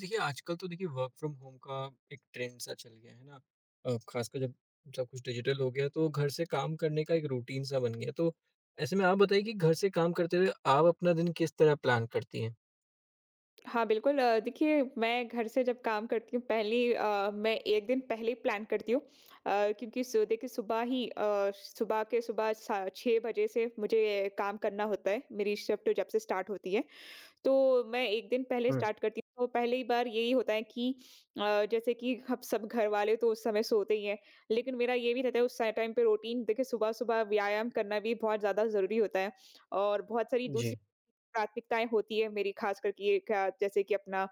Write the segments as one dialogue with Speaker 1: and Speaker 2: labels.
Speaker 1: देखिए, आजकल तो देखिए वर्क फ्रॉम होम का एक ट्रेंड सा चल गया है ना? ख़ासकर जब सब कुछ डिजिटल हो गया तो घर से काम करने का एक रूटीन सा बन गया। तो ऐसे में आप बताइए कि घर से काम करते हुए आप अपना दिन किस तरह प्लान करती हैं?
Speaker 2: हाँ, बिल्कुल, देखिए मैं घर से जब काम करती हूँ पहली, मैं 1 दिन पहले ही प्लान करती हूँ, क्योंकि सु देखिए सुबह ही, सुबह के सुबह सा 6 बजे से मुझे काम करना होता है, मेरी शिफ्ट जब से स्टार्ट होती है। तो मैं 1 दिन पहले
Speaker 1: हुँ,
Speaker 2: स्टार्ट करती हूँ, तो पहली बार यही होता है कि जैसे कि अब सब घर वाले तो उस समय सोते ही हैं, लेकिन मेरा ये भी रहता है उस सा टाइम पे रूटीन देखिए सुबह-सुबह व्यायाम करना भी बहुत ज़्यादा ज़रूरी होता है और बहुत सारी दूसरी
Speaker 1: जी।
Speaker 2: प्राथमिकताएँ होती है मेरी, ख़ास करके ये क्या जैसे कि अपना,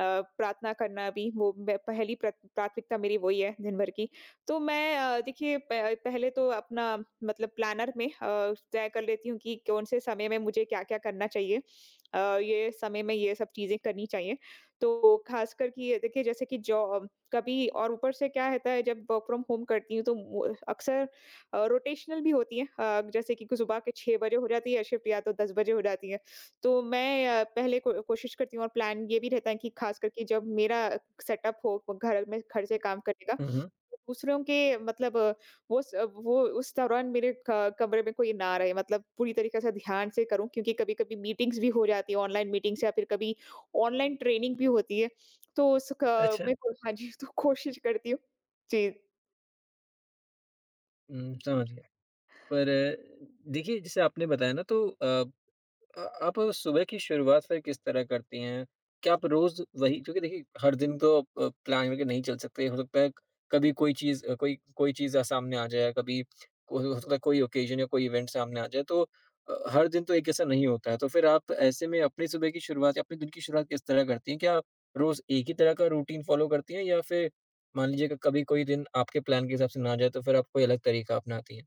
Speaker 2: प्रार्थना करना भी, वो मैं पहली प्राथमिकता मेरी वही है दिन भर की। तो मैं, देखिए प पहले तो अपना मतलब प्लानर में, तय कर लेती हूँ कि कौन-से समय में मुझे क्या-क्या करना चाहिए। ये समय में ये सब चीज़ें करनी चाहिए। तो ख़ासकर कि ये देखिए जैसे कि जॉब कभी और ऊपर से क्या रहता है जब वर्क फ्रॉम होम करती हूँ तो वो अक्सर, रोटेशनल भी होती है। जैसे कि कुछ सुबह के 6 बजे हो जाती है शिफ्ट या तो 10 बजे हो जाती है। तो मैं, पहले को कोशिश करती हूँ और प्लान ये भी रहता है कि खास करके जब मेरा सेटअप हो घर में घर से काम करने का,
Speaker 1: हुँ, हुँ।
Speaker 2: तो दूसरों के मतलब, वो उस दौरान मेरे क कमरे में कोई ना रहे, मतलब पूरी तरीके से ध्यान से करूँ क्योंकि कभी-कभी मीटिंग्स भी हो जाती है ऑनलाइन मीटिंग्स, या फिर कभी ऑनलाइन ट्रेनिंग भी होती है। तो उस क
Speaker 1: अच्छा,
Speaker 2: मैं को- हाँ जी, तो कोशिश करती हूँ। जी।
Speaker 1: समझ गया। पर देखिए, जैसे आपने बताया ना तो आप सुबह की शुरुआत फिर किस तरह करती हैं? क्या आप रोज़ वही क्योंकि देखिए हर दिन तो प्लान करके नहीं चल सकते। हो सकता है कभी कोई चीज़ अ, कोई कोई चीज़ अ, सामने आ जाए, कभी को हो सकता है कोई ओकेज़न या कोई इवेंट सामने आ जाए, तो हर दिन तो एक जैसा नहीं होता है। तो फिर आप ऐसे में अपनी सुबह की शुरुआत या अपने दिन की शुरुआत किस तरह करती हैं? क्या आप रोज़ एक ही तरह का रूटीन फ़ॉलो करती हैं या फिर मान लीजिए कि कभी कोई दिन आपके प्लान के हिसाब से ना जाए, तो फिर आप कोई अलग तरीका अपनाती हैं?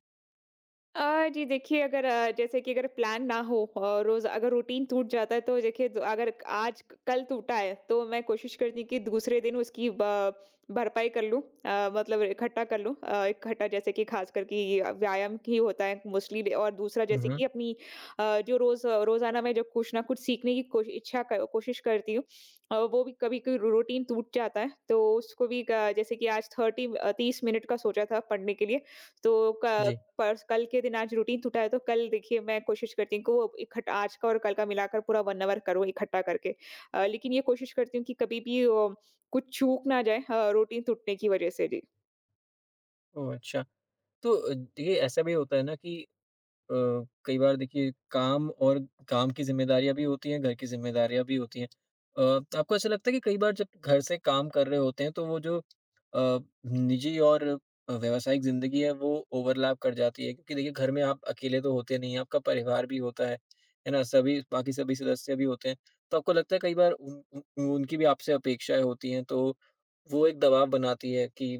Speaker 2: जी देखिए, अगर अ, जैसे कि अगर प्लान ना हो और रोज अगर रूटीन टूट जाता है तो देखिए अगर आज कल टूटा है तो मैं कोशिश करती हूँ कि दूसरे दिन उसकी भरपाई कर लूँ, मतलब इकट्ठा कर लूँ, इकट्ठा जैसे कि खास करके ये व्यायाम ही होता है मोस्टली, और दूसरा
Speaker 1: हुँ,
Speaker 2: जैसे
Speaker 1: हुँ।
Speaker 2: कि अपनी, जो रोज रोजाना मैं जो कुछ ना कुछ सीखने की कोशिश करती हूँ, वो भी कभी कभी रूटीन टूट जाता है तो उसको भी, जैसे कि आज थर्टी 30 मिनट का सोचा था पढ़ने के लिए तो
Speaker 1: जी।
Speaker 2: पर्स कल के दिन आज रूटीन टूटा है तो कल देखिए मैं कोशिश करती हूँ कि वो इकट्ठा आज का और कल का मिलाकर पूरा 1 आवर करो इकट्ठा करके। लेकिन ये कोशिश करती हूँ कि कभी भी, कुछ चूक ना जाए, रूटीन टूटने की वज़ह से। जी।
Speaker 1: ओह! अच्छा। तो देखिए ऐसा भी होता है ना कि अ, कई बार देखिए काम और काम की ज़िम्मेदारियाँ भी होती हैं, घर की ज़िम्मेदारियाँ भी होती हैं। अ, आपको ऐसा लगता है कि कई बार जब घर से काम कर रहे होते हैं तो वो जो अ, निजी और व्यावसायिक ज़िंदगी है वो ओवरलैप कर जाती है क्योंकि देखिए घर में आप अकेले तो होते नहीं हैं, आपका परिवार भी होता है ना? सभी बाकी सभी सदस्य भी होते हैं। तो आपको लगता है कई बार उन उन उनकी भी आपसे अपेक्षाएँ होती हैं तो वो एक दबाव बनाती है कि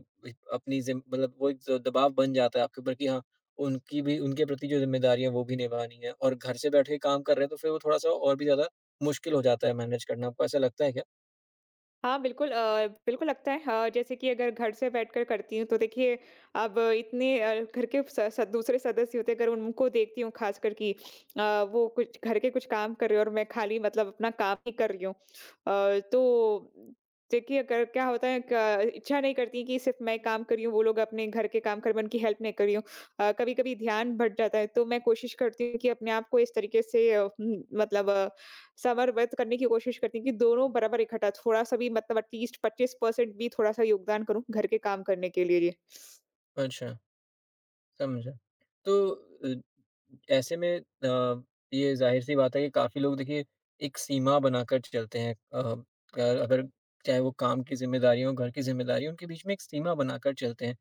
Speaker 1: अपनी ज़िम मतलब वो एक द दबाव बन जाता है आपके ऊपर कि हाँ, उनकी भी उनके प्रति जो ज़िम्मेदारी है वो भी निभानी है और घर से बैठ के काम कर रहे हैं तो फिर वो थोड़ा-सा और भी ज़्यादा मुश्किल हो जाता है मैनेज करना, आपको ऐसा लगता है क्या?
Speaker 2: हाँ, बिल्कुल, बिल्कुल लगता है। हाँ, जैसे कि अगर घर से बैठकर करती हूँ तो देखिए, अब इतने, घर के स स दूसरे सदस्य होते हैं, अगर उनको देखती हूँ ख़ासकर कि, अ, वो कुछ घर के कुछ काम कर रहे हो और मैं खाली मतलब अपना काम ही कर रही हूँ। तो देखिए अगर क्या होता है, क इच्छा नहीं करती कि सिर्फ़ मैं काम कर रही हूँ, वो लोग अपने घर के काम कर रहे हैं, मैं उनकी हेल्प नहीं कर रही हूँ। कभी-कभी ध्यान भट जाता है तो मैं कोशिश करती हूँ कि अपने आप को इस तरीके से, मतलब समरवत करने की कोशिश करती हूँ कि दोनों बराबर इकट्ठा थोड़ा-सा भी मतलब एट लीस्ट 25% भी थोड़ा-सा योगदान करूँ घर के काम करने के लिए।
Speaker 1: अच्छा, समझा। तो अ, ऐसे में ये ज़ाहिर-सी बात है कि काफ़ी लोग देखिए एक सीमा बनाकर चलते हैं अगर चाहे वो काम की ज़िम्मेदारी हो, घर की ज़िम्मेदारी हो, उनके बीच में एक सीमा बनाकर चलते हैं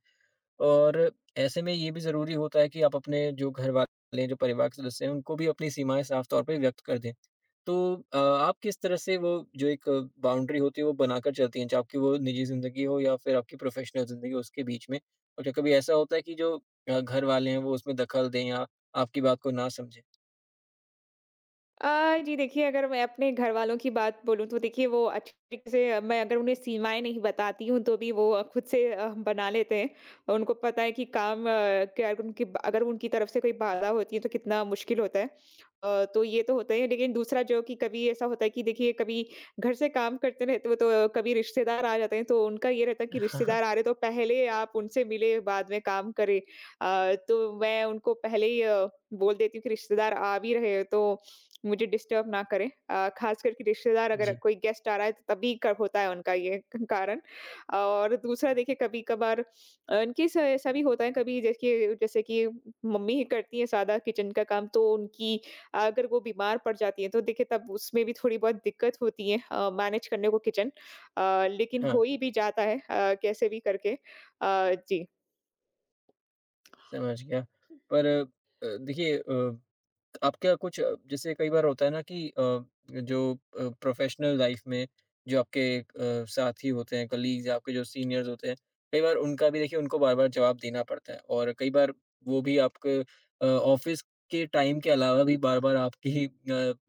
Speaker 1: और ऐसे में ये भी ज़रूरी होता है कि आप अपने जो घर वाले हैं, जो परिवार के सदस्य हैं, उनको भी अपनी सीमाएँ साफ़ तौर पे व्यक्त कर दें। तो आप किस तरह से वो जो एक बाउंड्री होती है वो बनाकर चलती हैं, चाहे आपकी वो निजी ज़िंदगी हो या फिर आपकी प्रोफ़ेशनल ज़िंदगी हो उसके बीच में? और क्या कभी ऐसा होता है कि जो घर वाले हैं वो उसमें दखल दें या आपकी बात को ना समझें?
Speaker 2: जी देखिए, अगर मैं अपने घरवालों की बात बोलूँ तो देखिए वो अच्छे तरीके से, मैं अगर उन्हें सीमाएँ नहीं बताती हूँ तो भी वो, खुद से, बना लेते हैं। और उनको पता है कि काम अ, क्या उनकी ब अगर उनकी तरफ से कोई बाधा होती है तो कितना मुश्किल होता है। तो ये तो होता ही है, लेकिन दूसरा जो कि कभी ऐसा होता है कि देखिए कभी घर से काम करते रहते हो तो कभी रिश्तेदार आ जाते हैं तो उनका ये रहता है कि
Speaker 1: हाँ, हाँ।
Speaker 2: रिश्तेदार आ रहे तो पहले आप उनसे मिले, बाद में काम करें। तो मैं उनको पहले ही, बोल देती हूँ कि रिश्तेदार आ भी रहे हैं तो मुझे डिस्टर्ब ना करें। ख़ास करके रिश्तेदार, अगर
Speaker 1: जी।
Speaker 2: कोई गेस्ट आ रहा है तो तभी क होता है उनका ये कारण। और दूसरा देखिए कभी-कभार, इन केस ऐसा भी होता है, कभी देखिए जैसे कि मम्मी ही करती हैं सादा किचन का काम तो उनकी, अगर वो बीमार पड़ जाती हैं तो देखिए तब उसमें भी थोड़ी बहुत दिक्कत होती है, मैनेज करने को किचन। लेकिन
Speaker 1: हाँ,
Speaker 2: हो ही भी जाता है, कैसे भी करके। जी।
Speaker 1: समझ गया। पर देखिए आपका कुछ जैसे कई बार होता है ना कि जो प्रोफेशनल लाइफ में जो आपके साथी होते हैं कलीग्स या आपके जो सीनियर्स होते हैं कई बार उनका भी देखिए उनको बार बार जवाब देना पड़ता है और कई बार वो भी आपके ऑफिस के टाइम के अलावा भी बार बार आपकी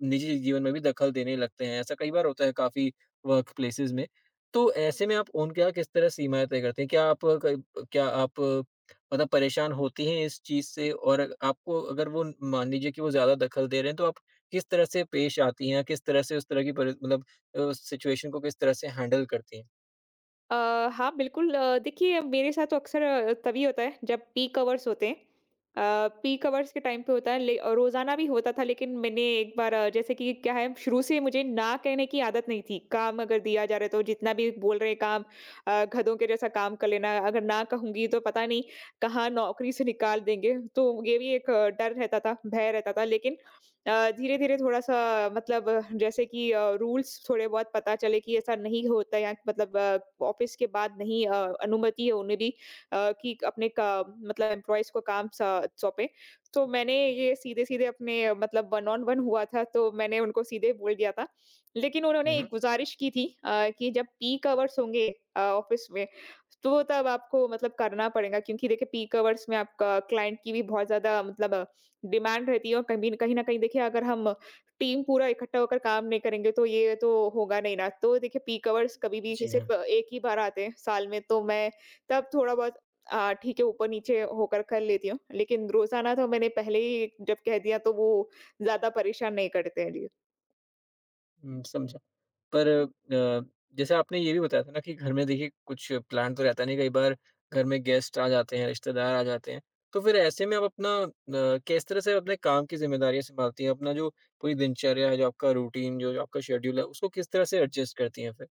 Speaker 1: निजी जीवन में भी दखल देने लगते हैं ऐसा कई बार होता है काफी वर्क प्लेसेस में तो ऐसे में आप उनके यहाँ किस तरह सीमाएं तय करते हैं क्या आप मतलब परेशान होती हैं इस चीज़ से और आपको अगर वो मान लीजिए कि वो ज़्यादा दखल दे रहे हैं, तो आप किस तरह से पेश आती हैं? किस तरह से उस तरह की परि मतलब सिचुएशन को किस तरह से हैंडल करती हैं?
Speaker 2: अ, हाँ, बिल्कुल, देखिए मेरे साथ तो अक्सर, तभी होता है जब पीक आवर्स होते हैं। पीक आवर्स के टाइम पे होता है रोज़ाना भी होता था, लेकिन मैंने एक बार, जैसे कि क्या है, शुरू से मुझे ना कहने की आदत नहीं थी। काम अगर दिया जा रहा है तो जितना भी बोल रहे हैं काम, गधों के जैसा काम कर लेना। अगर ना कहूँगी तो पता नहीं कहाँ नौकरी से निकाल देंगे। तो ये भी एक, डर रहता था, भय रहता था। लेकिन, धीरे-धीरे थोड़ा-सा मतलब, रूल्स थोड़े बहुत पता चले कि ऐसा नहीं होता है या मतलब, ऑफ़िस के बाद नहीं, अनुमति है उन्हें भी, कि अपने का मतलब एम्प्लॉइज़ को काम स सौंपें। तो मैंने ये सीधे-सीधे अपने, मतलब वन ऑन वन हुआ था, तो मैंने उनको सीधे बोल दिया था। लेकिन
Speaker 1: हुँ,
Speaker 2: उन्होंने एक
Speaker 1: हुँ।
Speaker 2: गुज़ारिश की थी, कि जब पीक आवर्स होंगे, ऑफ़िस में, तो तब आपको मतलब करना पड़ेगा क्योंकि देखिए पीक आवर्स में आपका क्लाइंट की भी बहुत ज़्यादा मतलब डिमांड रहती है, और कभी कहीं न कहीं देखिए अगर हम टीम पूरा इकट्ठा होकर काम नहीं करेंगे तो ये तो होगा नहीं ना। तो देखिए पीक आवर्स कभी भी
Speaker 1: जी हाँ।
Speaker 2: सिर्फ़ एक ही बार आते हैं साल में, तो मैं तब थोड़ा-बहुत, ठीक है, ऊपर-नीचे होकर कर लेती हूँ। लेकिन रोज़ाना तो मैंने पहले ही जब कह दिया तो वो ज़्यादा परेशान नहीं करते हैं। जी।
Speaker 1: हुँ, समझा। पर जैसे आपने ये भी बताया था ना कि घर में देखिए कुछ प्लान तो रहता नहीं, कई बार घर में गेस्ट आ जाते हैं, रिश्तेदार आ जाते हैं। तो फिर ऐसे में आप अपना किस तरह से अपने काम की ज़िम्मेदारियाँ सँभालती हैं? अपना जो पूरी दिनचर्या है, जो आपका रूटीन, जो जो आपका शेड्यूल है, उसको किस तरह से एडजस्ट करती हैं फिर?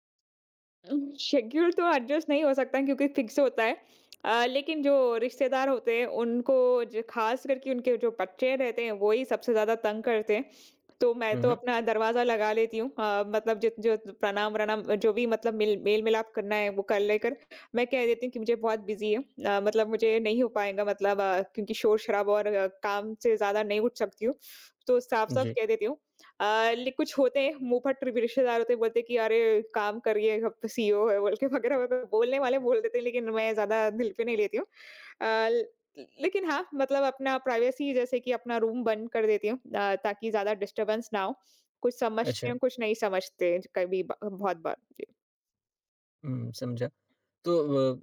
Speaker 2: शेड्यूल तो एडजस्ट नहीं हो सकता क्योंकि फिक्स होता है। लेकिन जो रिश्तेदार होते हैं उनको, जो ख़ास करके उनके जो बच्चे रहते हैं वही सबसे ज़्यादा तंग करते हैं। तो मैं
Speaker 1: हुँ,
Speaker 2: तो
Speaker 1: हुँ।
Speaker 2: अपना दरवाज़ा लगा लेती हूँ, मतलब जो जो प्रणाम-वणाम जो भी मतलब मेल-मिलाप करना है वो कर लेकर मैं कह देती हूँ कि मुझे बहुत बिज़ी है, मतलब मुझे नहीं हो पाएगा मतलब, क्योंकि शोर-शराबा और, काम से ज़्यादा नहीं उठ सकती हूँ। तो साफ-साफ
Speaker 1: जी।
Speaker 2: कह देती हूँ, अ, ले कुछ होते हैं मुँहफट रि रिश्तेदार होते हैं, बोलते हैं कि अरे काम करिए, हम तो सीईओ है बोल के वगैरह वगैरह बोलने वाले बोल देते हैं, लेकिन मैं ज़्यादा दिल पे नहीं लेती हूँ। अ, ल लेकिन हाँ, मतलब अपना प्राइवेसी, जैसे कि अपना रूम बंद कर देती हूँ, ताकि ज़्यादा डिस्टर्बेंस ना हो। कुछ समझते
Speaker 1: अच्छा,
Speaker 2: हैं, कुछ नहीं समझते कभी ब बहुत बार। जी।
Speaker 1: हुँ, समझा। तो अ,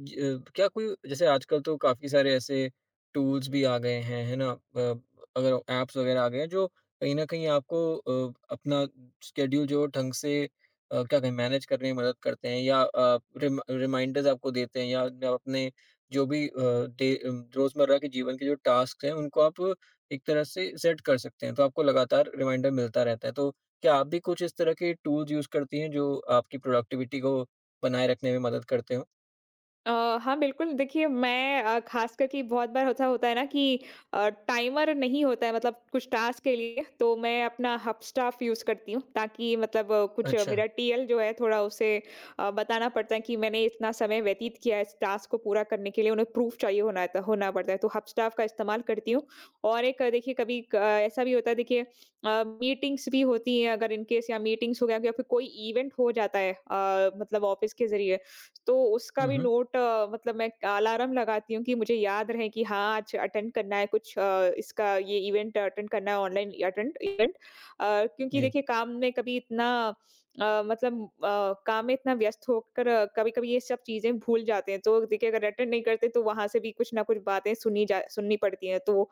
Speaker 1: ज अ, क्या कोई जैसे आजकल तो काफ़ी सारे ऐसे टूल्स भी आ गए हैं, है ना? अगर ऐप्स वगैरह आ गए हैं जो कहीं न कहीं आपको अपना स्केड्यूल जो ढंग से क्या कहें मैनेज करने में मदद करते हैं या रिमाइंडर्स आपको देते हैं या आप अपने जो भी रोज़मर्रा के जीवन के जो टास्क हैं उनको आप एक तरह से सेट कर सकते हैं, तो आपको लगातार रिमाइंडर मिलता रहता है। तो क्या आप भी कुछ इस तरह के टूल्स यूज़ करती हैं जो आपकी प्रोडक्टिविटी को बनाए रखने में मदद करते हों?
Speaker 2: अ, हाँ, बिल्कुल। देखिए मैं, ख़ास करके बहुत बार ऐसा होता है ना कि, टाइमर नहीं होता है मतलब कुछ टास्क के लिए, तो मैं अपना हबस्टाफ यूज़ करती हूँ ताकि मतलब,
Speaker 1: अच्छा।
Speaker 2: मेरा टीएल जो है थोड़ा उसे, बताना पड़ता है कि मैंने इतना समय व्यतीत किया है इस टास्क को पूरा करने के लिए, उन्हें प्रूफ़ चाहिए होना त होना पड़ता है, तो हबस्टाफ का इस्तेमाल करती हूँ। और एक, अ, देखिए कभी क अ, ऐसा भी होता है देखिए, मीटिंग्स भी होती हैं अगर इन केस, या मीटिंग्स हो गया या फिर कोई इवेंट हो जाता है, मतलब ऑफ़िस के ज़रिए, तो उसका
Speaker 1: हुँ,
Speaker 2: भी
Speaker 1: हुँ।
Speaker 2: नोट, मतलब मैं अलार्म लगाती हूँ कि मुझे याद रहे कि हाँ आज अटेंड करना है कुछ, इसका ये इवेंट अटेंड करना है ऑनलाइन अटेंड इवेंट, क्योंकि
Speaker 1: जी।
Speaker 2: देखिए काम में कभी इतना, काम में इतना व्यस्त होकर कभी कभी ये सब चीजें भूल जाते हैं, तो देखिए अगर अटेंड नहीं करते तो वहां से भी कुछ ना कुछ बातें सुनी जा सुननी पड़ती हैं, तो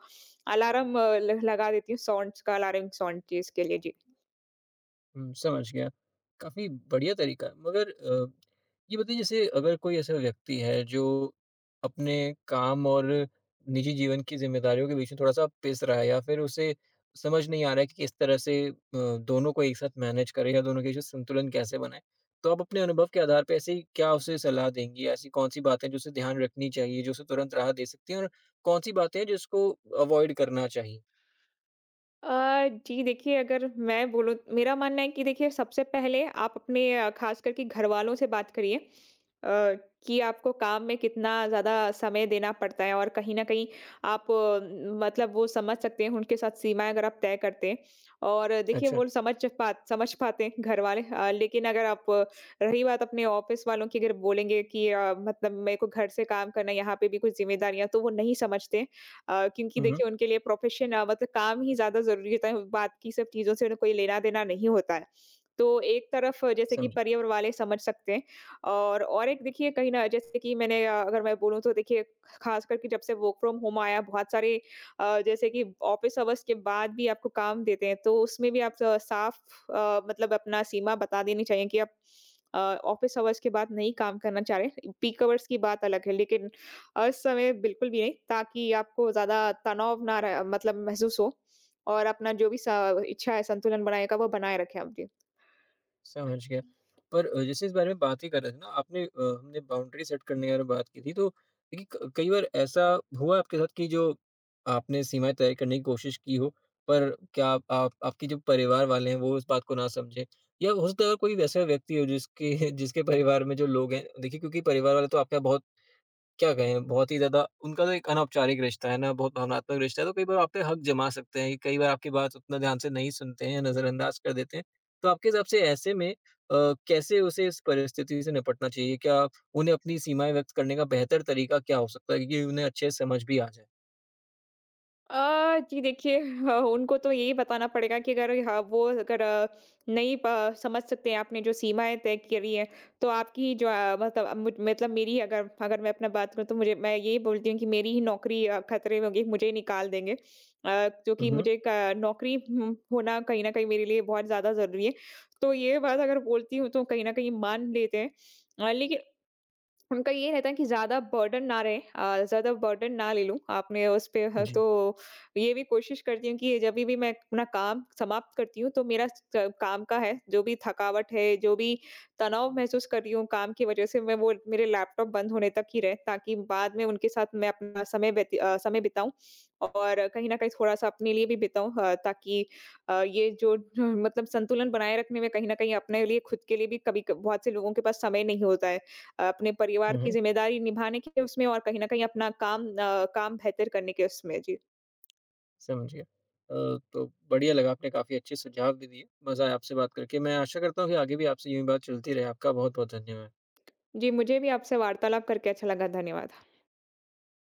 Speaker 2: अलार्म, लगा देती हूँ साउंड का, अलार्म साउंड चीज के लिए। जी।
Speaker 1: हुँ, समझ गया। काफ़ी बढ़िया तरीका है। मगर ये बताइए जैसे अगर कोई ऐसा व्यक्ति है जो अपने काम और निजी जीवन की ज़िम्मेदारियों के बीच में थोड़ा-सा पिस रहा है या फिर उसे समझ नहीं आ रहा है कि किस तरह से दोनों को एक साथ मैनेज करे या दोनों के बीच में संतुलन कैसे बनाए? तो आप अपने अनुभव के आधार पे ऐसी क्या उसे सलाह देंगी? ऐसी कौन-सी बातें जो उसे ध्यान रखनी चाहिए, जो उसे तुरंत राह दे सकती हैं और कौन-सी बातें हैं जिसको अवॉइड करना चाहिए?
Speaker 2: जी देखिए, अगर मैं बोलूँ मेरा मानना है कि देखिए सबसे पहले आप अपने, ख़ास करके घरवालों से बात करिए, कि आपको काम में कितना ज़्यादा समय देना पड़ता है, और कहीं न कहीं आप, मतलब वो समझ सकते हैं उनके साथ सीमाएँ अगर आप तय करते हैं, और, देखिए
Speaker 1: अच्छा।
Speaker 2: वो समझ पाते हैं घरवाले, अ, लेकिन अगर आप अ, रही बात अपने ऑफ़िस वालों की, अगर बोलेंगे कि, मतलब मेरे को घर से काम करना है, यहाँ पे भी कुछ ज़िम्मेदारियाँ, तो वो नहीं समझते। क्योंकि
Speaker 1: हुँ, हुँ।
Speaker 2: देखिए उनके लिए मतलब काम ही ज़्यादा ज़रूरी होता है, बाकी सब चीज़ों से उन्हें कोई लेना-देना नहीं होता है। तो एक तरफ, जैसे कि
Speaker 1: समझा।
Speaker 2: परिवार वाले समझ सकते हैं, और एक देखिए कहीं न जैसे कि मैंने, अगर मैं बोलूँ तो देखिए ख़ासकर के जब से वर्क फ्रॉम होम आया, बहुत सारे, जैसे कि ऑफ़िस आवर्स के बाद भी आपको काम देते हैं, तो उसमें भी आप स साफ़, मतलब अपना सीमा बता देनी चाहिए कि आप, ऑफ़िस आवर्स के बाद नहीं काम करना चाह रहे। पीक आवर्स की बात अलग है, लेकिन असमय बिल्कुल भी नहीं, ताकि आपको ज़्यादा तनाव ना रह मतलब महसूस हो, और अपना जो भी स इच्छा है संतुलन बनाने का, वो बनाए रखें आप। जी।
Speaker 1: समझ गया। पर जैसे इस बारे में बात ही कर रहे थे ना आपने, हमने बाउंड्री सेट करने के बारे में बात की थी तो देखिए क कई बार ऐसा हुआ आपके साथ कि जो आपने सीमाएँ तय करने की कोशिश की हो, पर क्या आप आपके जो परिवार वाले हैं वो इस बात को ना समझें? या हो सकता है कोई वैसा व्यक्ति हो जिसके जिसके परिवार में जो लोग हैं देखिए क्योंकि परिवार वाले तो आपका बहुत क्या कहें, बहुत ही ज़्यादा उनका तो एक अनौपचारिक रिश्ता है ना, बहुत भावनात्मक रिश्ता है, तो कई बार आप पे हक जमा सकते हैं, कि कई बार आपकी बात उतना ध्यान से नहीं सुनते हैं, नज़रअंदाज कर देते हैं। तो आपके हिसाब से ऐसे में अ, कैसे उसे इस परिस्थिति से निपटना चाहिए? क्या उन्हें अपनी सीमाएँ व्यक्त करने का बेहतर तरीका क्या हो सकता है कि उन्हें अच्छे से समझ भी आ जाए?
Speaker 2: जी देखिए, ह उनको तो यही बताना पड़ेगा कि अगर ह वो अगर अ, नहीं प समझ सकते हैं आपने जो सीमाएँ तय करी हैं, तो आपकी जो, अ, मतलब अब मुझ मतलब मेरी अगर अगर मैं अपना बात करूँ, तो मुझे मैं यही बोलती हूँ कि मेरी ही नौकरी, खतरे में होगी, मुझे ही निकाल देंगे। जो
Speaker 1: हुँ,
Speaker 2: कि
Speaker 1: हुँ।
Speaker 2: मुझे क नौकरी होना कहीं न कहीं मेरे लिए बहुत ज़्यादा ज़रूरी है। तो ये बात अगर बोलती हूँ तो कहीं न कहीं मान लेते हैं। लेकिन उनका ये रहता है कि ज़्यादा बर्डन ना रहे, ज़्यादा बर्डन ना ले लूँ आपने उस पे ह तो
Speaker 1: जी।
Speaker 2: ये भी कोशिश करती हूँ कि जभी भी मैं अपना काम समाप्त करती हूँ, तो मेरा स काम का है, जो भी थकावट है, जो भी तनाव महसूस कर रही हूँ काम की वज़ह से, मैं वो मेरे लैपटॉप बंद होने तक ही रहे, ताकि बाद में उनके साथ मैं अपना समय समय बिताऊँ, और कहीं न कहीं थोड़ा-सा अपने लिए भी बिताऊँ, ताकि, ये जो जो मतलब संतुलन बनाए रखने में कहीं न कहीं अपने लिए, खुद के लिए भी, कभी क बहुत से लोगों के पास समय नहीं होता है। अपने परिवार
Speaker 1: हुँ,
Speaker 2: की
Speaker 1: हुँ।
Speaker 2: ज़िम्मेदारी निभाने के उसमें, और कहीं न कहीं अपना काम बेहतर करने के उसमें। जी।
Speaker 1: समझ गया। तो बढ़िया लगा, आपने काफ़ी अच्छे सुझाव भी दिए। मज़ा आया आपसे बात करके। मैं आशा करता हूँ कि आगे भी आपसे यूँ ही बात चलती रहे। आपका बहुत-बहुत धन्यवाद।
Speaker 2: जी, मुझे भी आपसे वार्तालाप करके अच्छा लगा। धन्यवाद।